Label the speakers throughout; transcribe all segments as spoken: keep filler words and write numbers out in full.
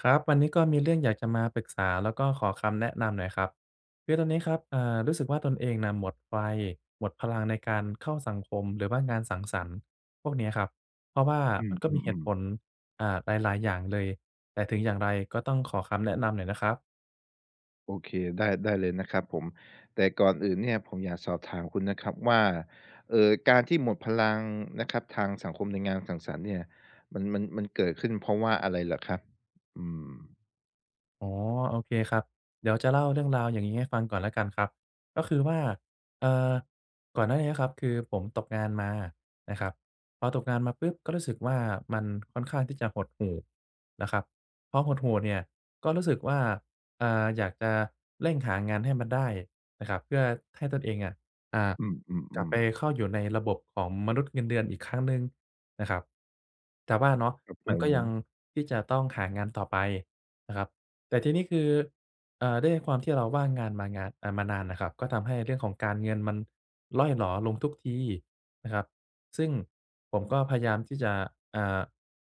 Speaker 1: ครับวันนี้ก็มีเรื่องอยากจะมาปรึกษาแล้วก็ขอคำแนะนำหน่อยครับคือตอนนี้ครับอ่ารู้สึกว่าตนเองน่ะหมดไฟหมดพลังในการเข้าสังคมหรือว่างานสังสรรค์พวกเนี้ยครับเพราะว่า
Speaker 2: อื
Speaker 1: มั
Speaker 2: ม
Speaker 1: นก็
Speaker 2: อื
Speaker 1: มี
Speaker 2: ม
Speaker 1: เห
Speaker 2: อื
Speaker 1: ตุ
Speaker 2: ม
Speaker 1: ผลอ่าหลายๆอย่างเลยแต่ถึงอย่างไรก็ต้องขอคำแนะนำหน่อยนะครับ
Speaker 2: โอเคได้ได้เลยนะครับผมแต่ก่อนอื่นเนี่ยผมอยากสอบถามคุณนะครับว่าเออการที่หมดพลังนะครับทางสังคมในงานสังสรรค์เนี่ยมันมันมันเกิดขึ้นเพราะว่าอะไรเหรอครับอืม
Speaker 1: อ๋อโอเคครับเดี๋ยวจะเล่าเรื่องราวอย่างนี้ให้ฟังก่อนแล้วกันครับก็คือว่าเอ่อก่อนหน้านี้ครับคือผมตกงานมานะครับพอตกงานมาปุ๊บก็รู้สึกว่ามันค่อนข้างที่จะหดหู่นะครับพอหดหู่เนี่ยก็รู้สึกว่าอ่าอยากจะเร่งหางานให้มันได้นะครับเพื่อให้ตนเองอะอ่า
Speaker 2: อื
Speaker 1: กลับ
Speaker 2: ม
Speaker 1: ไปเข้าอยู่ในระบบของมนุษย์เงินเดือนอีกครั้งหนึ่งนะครับแต่ว่าเนาะ
Speaker 2: ๆๆครับผ
Speaker 1: มันก็
Speaker 2: ม
Speaker 1: ยังที่จะต้องหางานต่อไปนะครับ แต่ทีนี้คือเอ่อด้วยความที่เราว่างงานมางานอ่ามานานน่ะครับก็ทำให้เรื่องของการเงินมันร่อยหรอลงทุกทีนะครับซึ่งผมก็พยายามที่จะอ่า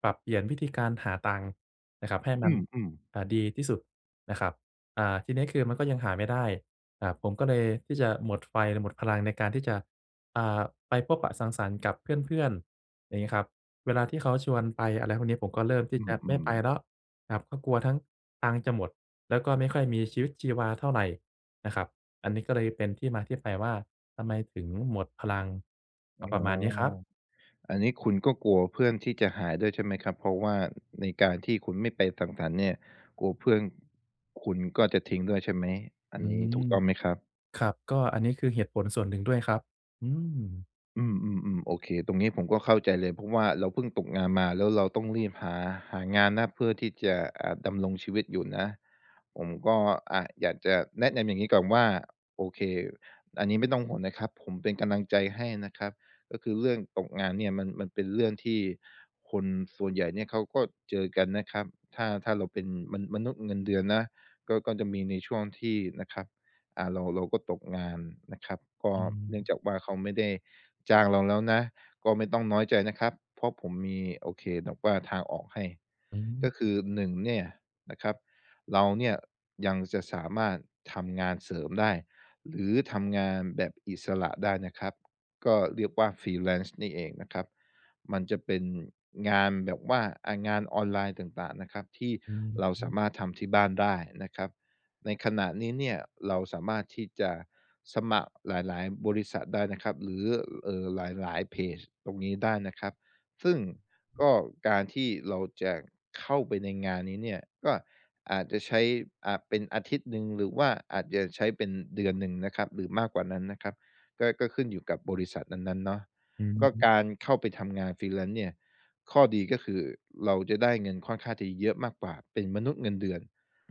Speaker 1: ปรับเปลี่ยนวิธีการหาตังค์นะครับให้มั
Speaker 2: อื
Speaker 1: น
Speaker 2: มอืม
Speaker 1: อ่าดีที่สุดนะครับอ่าทีนี้คือมันก็ยังหาไม่ได้อ่าผมก็เลยที่จะหมดไฟหมดพลังในการที่จะอ่าไปพบปะสังสรรค์กับเพื่อนๆอย่างงี้ครับเวลาที่เขาชวนไปอะไรพวกนี้ผมก็เริ่ม
Speaker 2: อ
Speaker 1: ที่จะ
Speaker 2: ื
Speaker 1: ไม่ไป
Speaker 2: ม
Speaker 1: แล้ว ครับก็กลัวทั้งตังค์จะหมดแล้วก็ไม่ค่อยมีชีวิตชีวาเท่าไรนะครับอันนี้ก็เลยเป็นที่มาที่ไปว่าทำไมถึงหมดพลัง
Speaker 2: ๆอ๋
Speaker 1: ก็ประมาณนี้ครั
Speaker 2: อ
Speaker 1: บ
Speaker 2: อันนี้คุณก็กลัวเพื่อนที่จะหายด้วยใช่ไหมครับเพราะว่าในการที่คุณไม่ไปสังสรรค์เนี่ยกลัวเพื่อนคุณก็จะทิ้งด้วยใช่ไหมอั
Speaker 1: อื
Speaker 2: นนี้
Speaker 1: ม
Speaker 2: ถูกต้องไหมครับ
Speaker 1: ครับก็อันนี้คือเหตุผลส่วนหนึ่งด้วยครับอืม
Speaker 2: อืมอืๆโอเคตรงนี้ผมก็เข้าใจเลยเพราะว่าเราเพิ่งตกงานมาแล้วเราต้องรีบหาหางานนะเพื่อที่จะอ่าดำรงชีวิตอยู่นะผมก็อ่ะอยากจะแนะนำอย่างนี้ก่อนว่าโอเคอันนี้ไม่ต้องห่วงนะครับผมเป็นกำลังใจให้นะครับก็คือเรื่องตกงานเนี่ยมันมันเป็นเรื่องที่คนส่วนใหญ่เนี่ยเขาก็เจอกันนะครับถ้าถ้าเราเป็นมนมนุษย์เงินเดือนนะก็ก็จะมีในช่วงที่นะครับอ่าเราเราก็ตกงานนะครับก็
Speaker 1: อื
Speaker 2: เนื่องจาก
Speaker 1: ม
Speaker 2: ว่าเขาไม่ได้ จ้างเราแล้วนะก็ไม่ต้องน้อยใจนะครับเพราะผมมีโอเคแบบว่าทางออกให้
Speaker 1: อืม
Speaker 2: ก็คือหนึ่งเนี่ยนะครับเราเนี่ยยังจะสามารถทำงานเสริมได้หรือทำงานแบบอิสระได้นะครับก็เรียกว่า Freelance นี่เองนะครับมันจะเป็นงานแบบว่าอ่างานออนไลน์ต่างๆนะครับที่
Speaker 1: อื
Speaker 2: เรา
Speaker 1: ม
Speaker 2: สามารถทำที่บ้านได้นะครับ ในขณะนี้เนี่ยเราสามารถที่จะสมัครหลายๆบริษัทได้นะครับหรือเอ่อหลายๆเพจตรงนี้ได้นะครับซึ่งก็การที่เราจะเข้าไปในงานนี้เนี่ยก็อาจจะใช้อ่าเป็นอาทิตย์หนึ่งหรือว่าอาจจะใช้เป็นเดือนหนึ่งนะครับหรือมากกว่านั้นนะครับก็ก็ขึ้นอยู่กับบริษัทนั้นๆเนาะ
Speaker 1: อื
Speaker 2: ก็กา
Speaker 1: ม
Speaker 2: รเข้าไปทำงาน Freelance เนี่ยข้อดีก็คือเราจะได้เงินค่อนข้างจะเยอะมากกว่าเป็นมนุษย์เงินเดือน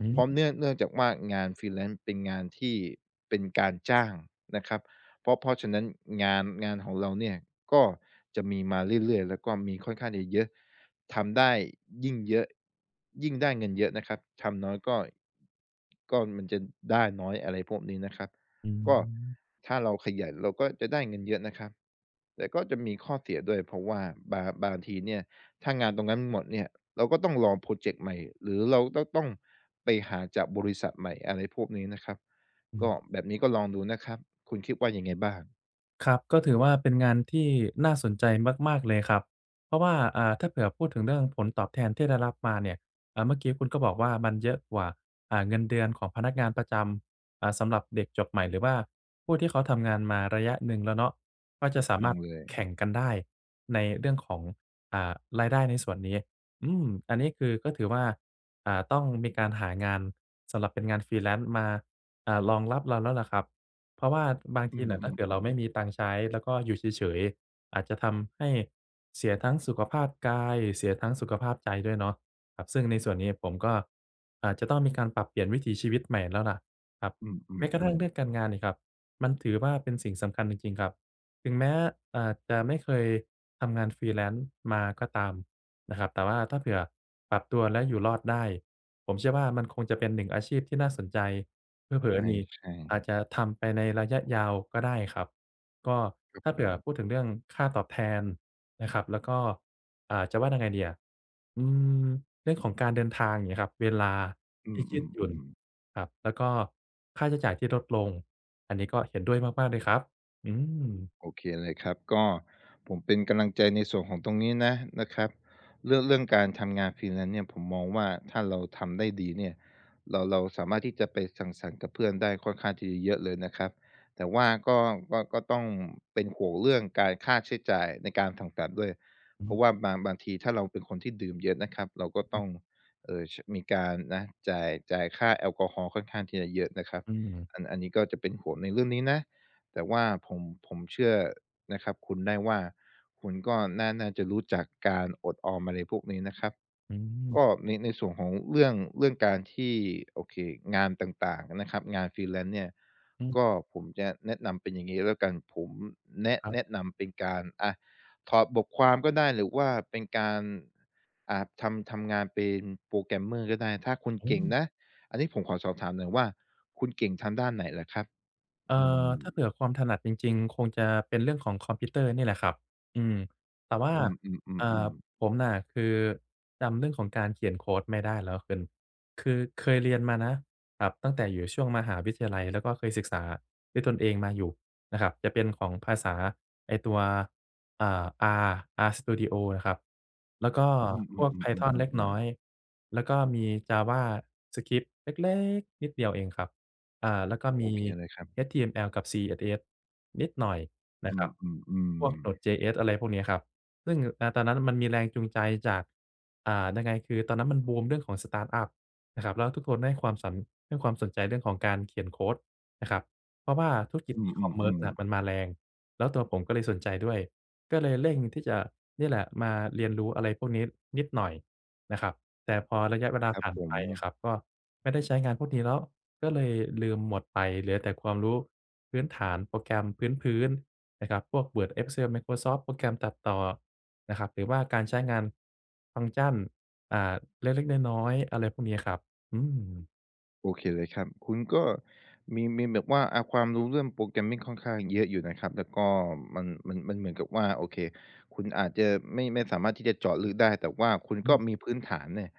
Speaker 1: อื
Speaker 2: เพราะ
Speaker 1: ม
Speaker 2: เนื่องเนื่องจากว่างานฟรีแลนซ์เป็นงานที่เป็นการจ้างนะครับเพราะเพราะฉะนั้นงานงานของเราเนี่ยก็จะมีมาเรื่อยๆแล้วก็มีค่อนข้างจะเยอะทำได้ยิ่งเยอะยิ่งได้เงินเยอะนะครับทำน้อยก็ก็มันจะได้น้อยอะไรพวกนี้นะครับ
Speaker 1: อื
Speaker 2: ก็
Speaker 1: ม
Speaker 2: ถ้าเราขยันเราก็จะได้เงินเยอะนะครับแต่ก็จะมีข้อเสียด้วยเพราะว่าบางบางทีเนี่ยถ้างานตรงนั้นหมดเนี่ย เราก็ต้องลองโพรเจกต์ใหม่หรือเราก็ต้องไปหาจากบริษัทใหม่อะไรพวกนี้นะครับ
Speaker 1: อื
Speaker 2: ก็
Speaker 1: ม
Speaker 2: แบบนี้ก็ลองดูนะครับคุณคิดว่ายังไงบ้าง
Speaker 1: ครับก็ถือว่าเป็นงานที่น่าสนใจมากๆเลยครับเพราะว่าอ่าถ้าเผื่อพูดถึงเรื่องผลตอบแทนที่ได้รับมาเนี่ยอ่าเมื่อกี้คุณก็บอกว่ามันเยอะกว่าอ่าเงินเดือนของพนักงานประจำอ่าสำหรับเด็กจบใหม่หรือว่าผู้ที่เขาทำงานมาระยะหนึ่งแล้วเนาะก็จะ
Speaker 2: ถูก
Speaker 1: สา
Speaker 2: ต้
Speaker 1: มา
Speaker 2: อ
Speaker 1: ร
Speaker 2: ง
Speaker 1: ถ
Speaker 2: เลย
Speaker 1: แข่งกันได้ในเรื่องของอ่ารายได้ในส่วนนี้อืมอันนี้คือก็ถือว่าอ่าต้องมีการหางานสำหรับเป็นงาน Freelance มาอ่ารองรับเราแล้วล่ะครับ เพราะว่าบาง
Speaker 2: อื
Speaker 1: ทีน่ะถ้าเกิดเรา
Speaker 2: ม
Speaker 1: ไม่
Speaker 2: ๆๆ
Speaker 1: มีตังค์ใช้แล้วก็อยู่เฉยๆอาจจะทำให้เสียทั้งสุขภาพกายเสียทั้งสุขภาพใจด้วยเนาะครับซึ่งในส่วนนี้ผมก็อาจจะต้องมีการปรับเปลี่ยนวิถีชีวิตใหม่แล้วล่ะครับ
Speaker 2: อื
Speaker 1: แม้กระทั่
Speaker 2: ม
Speaker 1: งเรื่
Speaker 2: ๆ
Speaker 1: องกา
Speaker 2: ๆ
Speaker 1: รงานนี่ครับมันถือว่าเป็นสิ่งสำคัญจริงๆครับถึงแม้อ่าจะไม่เคยทำงาน freelance มาก็ตามนะครับแต่ว่าถ้าเผื่อปรับตัวและอยู่รอดได้ผมเชื่อว่ามันคงจะเป็นหนึ่งอาชีพที่น่าสนใจ เผลอ
Speaker 2: ใช่
Speaker 1: ๆนี่อาจจะทำไปในระยะยาวก็ได้ครับก็
Speaker 2: ๆ
Speaker 1: ถ้า
Speaker 2: ผ
Speaker 1: เผื่
Speaker 2: ม
Speaker 1: อพูดถึงเรื่องค่าตอบแทนนะครับแล้วก็อ่าจะว่ายังไงดีอะอืมเรื่องของการเดินทางอย่างเงี้ยครับเวลา
Speaker 2: อื
Speaker 1: ที่ยืดหยุ่น
Speaker 2: มๆๆ
Speaker 1: ครับแล้วก็ค่าใช้จ่ายที่ลดลงอันนี้ก็เห็นด้วยมากๆเลยครับอืม
Speaker 2: โอเคเลยครับก็ผมเป็นกำลังใจในส่วนของตรงนี้นะนะครับเรื่องเรื่องการทำงานฟร e e l a n c เนี่ยผมมองว่าถ้าเราทำได้ดีเนี่ยเราเราสามารถที่จะไปสังสรรค์กับเพื่อนได้ค่อนข้างที่จะเยอะเลยนะครับแต่ว่าก็ก็ก็ต้องเป็นห่วงเรื่องการค่าใช้จ่ายในการสังสรรค์ด้วย
Speaker 1: อื
Speaker 2: เพราะ
Speaker 1: อ
Speaker 2: ว่าบางบางทีถ้าเราเป็นคนที่ดื่มเยอะนะครับเราก็ต้องเออมีการนะจ่ายจ่ายค่าแอลกอฮอล์ค่อนข้างที่จะเยอะนะครับ
Speaker 1: อืม
Speaker 2: อันอันนี้ก็จะเป็นห่วงในเรื่องนี้นะ แต่ว่าผมผมเชื่อนะครับคุณได้ว่าคุณก็น่าน่าจะรู้จักการอดออมอะไรพวกนี้นะครับ
Speaker 1: อืม
Speaker 2: ก็ในในส่วนของเรื่องเรื่องการที่โอเคงานต่างๆนะครับงาน freelance เนี่ย
Speaker 1: อื
Speaker 2: ก็
Speaker 1: ม
Speaker 2: ผมจะแนะนำเป็นอย่างงี้แล้วกันผมแนะ
Speaker 1: ครั
Speaker 2: แนะ
Speaker 1: บ
Speaker 2: นำเป็นการอะถอดบทความก็ได้หรือว่าเป็นการอ่าทำทำงานเป็นโปรแกรมเมอร์ก็ได้ถ้าคุณ
Speaker 1: อื
Speaker 2: เก่ง
Speaker 1: ม
Speaker 2: นะอันนี้ผมขอสอบถามหน่อยว่าคุณเก่งทางด้านไหนเหรอครับ
Speaker 1: เอ่
Speaker 2: อื
Speaker 1: อ
Speaker 2: ม
Speaker 1: ถ้าเผื่อความถนัดจริงๆคงจะเป็นเรื่องของคอมพิวเตอร์นี่แหละครับอืมแต่ว่า
Speaker 2: อืม
Speaker 1: อ่า
Speaker 2: ๆๆๆ
Speaker 1: ผมน่ะคือจำเรื่องของการเขียนโคดไม่ได้แล้วคุณคือเคยเรียนมานะครับตั้งแต่อยู่ช่วงมหาวิทยาลัยแล้วก็เคยศึกษาด้วยตนเองมาอยู่นะครับจะเป็นของภาษาไอ้ตัวอ่า R R Studio นะครับแล้วก็
Speaker 2: อืม
Speaker 1: พ
Speaker 2: อืม
Speaker 1: วก
Speaker 2: อืมอืม
Speaker 1: ไพธอน
Speaker 2: อืม
Speaker 1: เล็ก
Speaker 2: อืมอื
Speaker 1: น้อย
Speaker 2: ม
Speaker 1: แล้วก็มี จาวาสคริปต์ เล็กๆนิดเดียวเองครับ อ่าแล้วก็มี
Speaker 2: โอเคเลยครับ
Speaker 1: เอช ที เอ็ม แอล กับ ซี เอส เอส นิดหน่อยนะ
Speaker 2: อื
Speaker 1: ครับพ
Speaker 2: ม
Speaker 1: วก
Speaker 2: ๆๆ
Speaker 1: โหนดเจเอส อะไรพวกนี้ครับซึ่งอ่าตอนนั้นมันมีแรงจูงใจจากอ่ายังไงคือตอนนั้นมันบูมเรื่องของสตาร์ตอัปนะครับแล้วทุกคนให้ความสนให้ความสนใจเรื่องของการเขียนโคดนะครับเพราะว่าธุรกิจ
Speaker 2: อื
Speaker 1: อี
Speaker 2: ม
Speaker 1: ค
Speaker 2: อื
Speaker 1: อ
Speaker 2: ม
Speaker 1: มเมิ
Speaker 2: อื
Speaker 1: ร์ซ
Speaker 2: มอื
Speaker 1: น่ะ
Speaker 2: ม
Speaker 1: มันมาแรงแล้วตัวผมก็เลยสนใจด้วยก็เลยเร่งที่จะเนี่ยแหละมาเรียนรู้อะไรพวกนี้นิดหน่อยนะครับแต่พอระยะเวลา
Speaker 2: ครับ
Speaker 1: ผ่าน
Speaker 2: ผ
Speaker 1: ไป
Speaker 2: ม
Speaker 1: อะครับก็ไม่ได้ใช้งานพวกนี้แล้ว ก็เลยลืมหมดไปเหลือแต่ความรู้พื้นฐานโปรแกรมพื้นๆนะครับพวก เวิร์ด เอ็กเซล ไมโครซอฟท์ โปรแกรมตัดต่อนะครับหรือว่าการใช้งานฟังก์ชันอ่าเล็กๆน้อยๆอะไรพวกนี้ครับอืม
Speaker 2: โอเคเลยครับ คุณก็มีมีแบบว่าอาความรู้เรื่อง Programming ค่อนข้างเยอะอยู่นะครับแล้วก็มันมันมันเหมือนกับว่าโอเคคุณอาจจะไม่ไม่สามารถที่จะเจาะลึกได้ แต่ว่าคุณ
Speaker 1: อื
Speaker 2: ก็มี
Speaker 1: ม
Speaker 2: พื้นฐานเนี่ย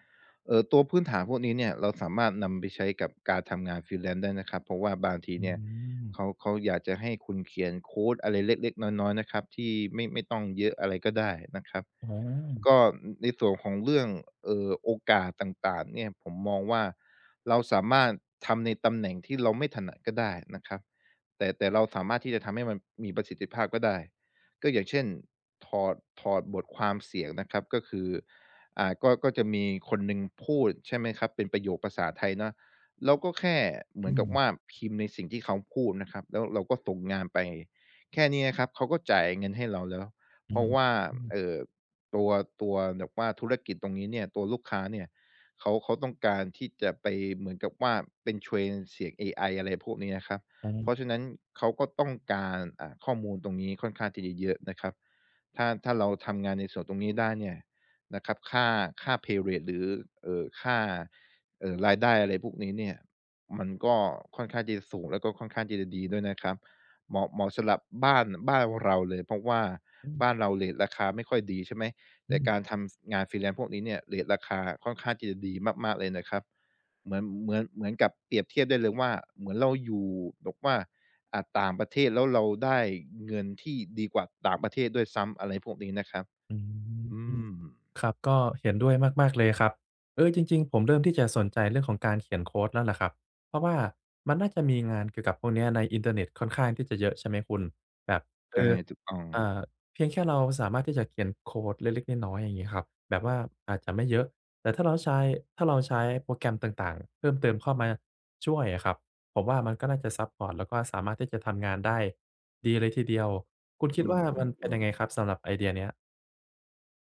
Speaker 2: เอ่อตัวพื้นฐานพวกนี้เนี่ยเราสามารถนำไปใช้กับการทำงาน Freelance ได้นะครับเพราะว่าบางที
Speaker 1: อื
Speaker 2: เนี่ยเขา
Speaker 1: ม
Speaker 2: เขาอยากจะให้คุณเขียนโคดอะไรเล็กๆน้อยๆนะครับที่ไม่ไม่ต้องเยอะอะไรก็ได้นะครับ
Speaker 1: อ๋อ
Speaker 2: ก็ในส่วนของเรื่องเอ่อโอกาสต่างๆเนี่ยผมมองว่าเราสามารถทำในตำแหน่งที่เราไม่ถนัดก็ได้นะครับแต่แต่เราสามารถที่จะทำให้มันมีประสิทธิภาพก็ได้ก็อย่างเช่นถอดถอดบทความเสียงนะครับก็คืออ่าก็ก็จะมีคนหนึ่งพูดใช่ไหมครับเป็นประโยคภาษาไทยเนาะเราก็แค่เหมือ
Speaker 1: อื
Speaker 2: นกับ
Speaker 1: ม
Speaker 2: ว่าพิมพ์ในสิ่งที่เขาพูดนะครับแล้วเราก็ส่งงานไปแค่นี้นะครับเขาก็จ่ายเงินให้เราแล้วเพ
Speaker 1: อืม
Speaker 2: ราะว่า
Speaker 1: อืม
Speaker 2: เอ่อ ตัวตัวแบบว่าธุรกิจตรงนี้เนี่ยตัวลูกค้าเนี่ยเขาเขาต้องการที่จะไปเหมือนกับว่าเป็น train เสียงเอไออะไรพวกนี้นะครับ
Speaker 1: อ๋
Speaker 2: เพราะ
Speaker 1: อ
Speaker 2: ฉะนั้นเขาก็ต้องการอ่าข้อมูลตรงนี้ค่อนข้างที่จะเยอะนะครับถ้าถ้าเราทำงานในส่วนตรงนี้ได้เนี่ยนะครับค่าค่า pay rate หรือเอ่อค่าเอ่อรายได้อะไรพวกนี้เนี่ยมันก็ค่อนข้างที่จะสูงแล้วก็ค่อนข้างที่จะดีด้วยนะครับเหมาะเหมาะสำหรับบ้านบ้านเราเลยเพราะว่า
Speaker 1: อื
Speaker 2: บ้าน
Speaker 1: ม
Speaker 2: เราเลทราคาไม่ค่อยดีใช่ไหม
Speaker 1: อื
Speaker 2: แต่
Speaker 1: ม
Speaker 2: การทำงาน freelance พวกนี้เนี่ยเรตราคาค่อนข้างที่จะดีมากๆเลยนะครับเหมือนเหมือนเหมือนกับเปรียบเทียบได้เลยว่าเหมือนเราอยู่แบบว่าอ่าต่างประเทศแล้วเราได้เงินที่ดีกว่าต่างประเทศด้วยซ้ำอะไรพวกนี้นะครับ
Speaker 1: อื
Speaker 2: อื
Speaker 1: ม
Speaker 2: ม
Speaker 1: ครับก็เห็นด้วยมากๆเลยครับเออจริงๆผมเริ่มที่จะสนใจเรื่องของการเขียนโคดแล้วล่ะครับเพราะว่ามันน่าจะมีงานเกี่ยวกับพวกเนี้ยในอินเทอร์เน็ตค่อนข้างที่จะเยอะใช่ไหมคุณแบบเอ
Speaker 2: ใช่
Speaker 1: อ
Speaker 2: ถูกต้อง
Speaker 1: อ่าเพียงแค่เราสามารถที่จะเขียนโคดเล็กๆน้อยๆอย่างงี้ครับแบบว่าอาจจะไม่เยอะแต่ถ้าเราใช้ถ้าเราใช้โปรแกรมต่างๆเพิ่มเติมเข้ามาช่วยอะครับผมว่ามันก็น่าจะซัปพอร์ตแล้วก็สามารถที่จะทำงานได้ดีเลยทีเดียวคุณคิ
Speaker 2: อื
Speaker 1: ดว่ามันเป็น
Speaker 2: ม
Speaker 1: ยังไง
Speaker 2: ๆๆ
Speaker 1: ครับสำหรับไอเดียเนี้ย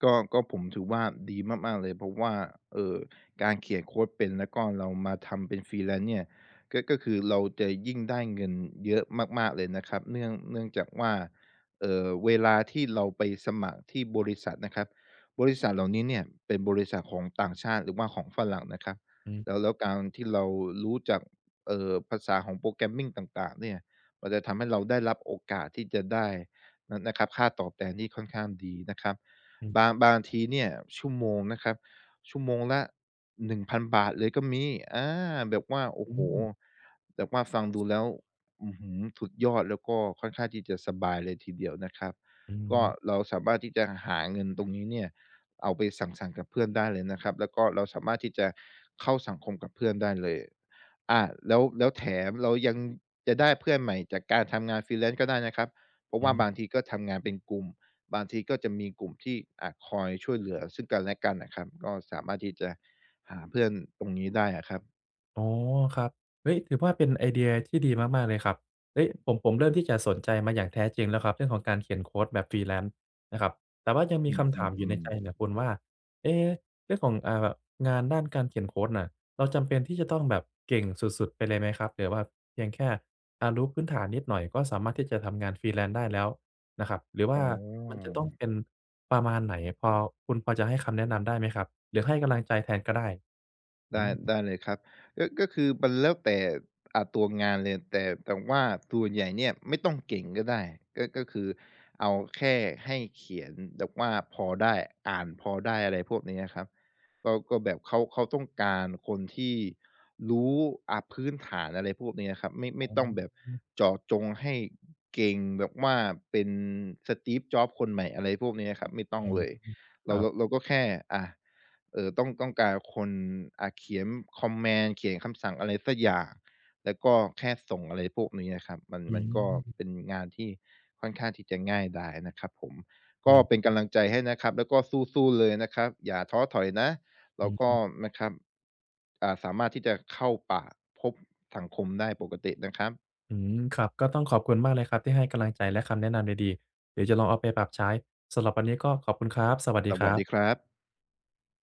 Speaker 2: ก็ก็ผมถือว่าดีมากๆเลยเพราะว่าเอ่อการเขียนโคดเป็นแล้วก็เรามาทำเป็น freelance เนี่ยก็ก็คือเราจะยิ่งได้เงินเยอะมากๆเลยนะครับเนื่องเนื่องจากว่าเอ่อเวลาที่เราไปสมัครที่บริษัทนะครับบริษัทเหล่านี้เนี่ยเป็นบริษัทของต่างชาติหรือว่าของฝรั่งนะครับ
Speaker 1: อือ
Speaker 2: แล้วแล้วการที่เรารู้จักเอ่อภาษาของ programming ต่างๆเนี่ยมันจะทำให้เราได้รับโอกาสที่จะได้นนะครับค่าตอบแทนที่ค่อนข้างดีนะครับ
Speaker 1: อือ
Speaker 2: บางบางทีเนี่ยชั่วโมงนะครับชั่วโมงละหนึ่งพันบาทเลยก็มีอาแบบว่าโอ้
Speaker 1: อื
Speaker 2: โฮ
Speaker 1: ม
Speaker 2: แบบว่าฟังดูแล้วอื้อฮือสุดยอดแล้วก็ค่อนข้างที่จะสบายเลยทีเดียวนะครับ
Speaker 1: อื
Speaker 2: ก็
Speaker 1: ม
Speaker 2: เราสามารถที่จะหาเงินตรงนี้เนี่ยเอาไปสังสรรค์กับเพื่อนได้เลยนะครับแล้วก็เราสามารถที่จะเข้าสังคมกับเพื่อนได้เลยอาแล้วแล้วแถมเรายังจะได้เพื่อนใหม่จากการทำงาน freelance ก็ได้นะครับเพราะ
Speaker 1: อื
Speaker 2: ว่า
Speaker 1: ม
Speaker 2: บางทีก็ทำงานเป็นกลุ่ม บางทีก็จะมีกลุ่มที่อะคอยช่วยเหลือซึ่งกันและกันนะครับก็สามารถที่จะหาเพื่อนตรงนี้ได้อะครับ
Speaker 1: อ๋อครับเฮ้ยถือว่าเป็นไอเดียที่ดีมากๆเลยครับเฮ้ยผมผมเริ่มที่จะสนใจมาอย่างแท้จริงแล้วครับเรื่องของการเขียนโคดแบบ Freelance นะครับ แต่ว่ายังมี
Speaker 2: อื
Speaker 1: คำถามอยู่ใน
Speaker 2: ม
Speaker 1: ใจ
Speaker 2: ๆ
Speaker 1: เนี่ย
Speaker 2: ๆ
Speaker 1: คุณว่า เอ๊เรื่องของอ่างานด้านการเขียนโคดน่ะเราจำเป็นที่จะต้องแบบเก่งสุดๆไปเลยไหมครับหรือว่าเพียงแค่อ่ารู้พื้นฐานนิดหน่อยก็สามารถที่จะทำงาน Freelance ได้แล้วนะครับหรือ
Speaker 2: อ๋
Speaker 1: ว่า
Speaker 2: อ
Speaker 1: มันจะต้องเป็นประมาณไหนพอคุณพอจะให้คำแนะนำได้ไหมครับหรือให้กำลังใจแทนก็ได้อื
Speaker 2: ได้
Speaker 1: ม
Speaker 2: ได้เลยครับก็ก็คือมันแล้วแต่อ่าตัวงานเลยแต่แต่ว่าส่วนใหญ่เนี่ยไม่ต้องเก่งก็ได้ก็ก็คือเอาแค่ให้เขียนแบบว่าพอได้อ่านพอได้อะไรพวกนี้อะครับก็ก็แบบเขาเขาต้องการคนที่รู้อ่าพื้นฐานอะไรพวกนี้อะครับไม่ไม่
Speaker 1: อื
Speaker 2: ต้องแบบ
Speaker 1: ม
Speaker 2: เจาะจงให้เก่งแบบว่าเป็น Steve Jobs คนใหม่อะไรพวกนี้อะครับไม่ต้อ
Speaker 1: เอ
Speaker 2: ง
Speaker 1: อ
Speaker 2: เลย
Speaker 1: ค
Speaker 2: เรา
Speaker 1: รับ
Speaker 2: เราเราก็แค่อ่า เอ่อต้องต้องการคนอ่าเขียนคอมแมนด์เขียนคำสั่งอะไรสักอย่างแล้วก็แค่ส่งอะไรพวกนี้อะครับมัน
Speaker 1: อื
Speaker 2: มันก็เป็
Speaker 1: ม
Speaker 2: นงานที่ค่อนข้างที่จะง่ายดายนะครับผม
Speaker 1: โอ
Speaker 2: ก็เป็น
Speaker 1: ้
Speaker 2: กำลังใจให้นะครับแล้วก็สู้ๆเลยนะครับอย่าท้อถอยนะแล้
Speaker 1: อื
Speaker 2: ว
Speaker 1: อ
Speaker 2: ก็
Speaker 1: ฮึ
Speaker 2: นะครับอ่าสามารถที่จะเข้าป่าพบสังคมได้ปกตินะครับ
Speaker 1: อืมครับ ก็ต้องขอบคุณมากเลยครับที่ให้กำลังใจและคำแนะนำดีๆเดี๋ยวจะลองเอาไปปรับใช้ สำหรับวันนี้ก็ขอบคุณครับ สวัสดี
Speaker 2: ส
Speaker 1: ค
Speaker 2: วั
Speaker 1: รั
Speaker 2: สดีค
Speaker 1: บ
Speaker 2: รับ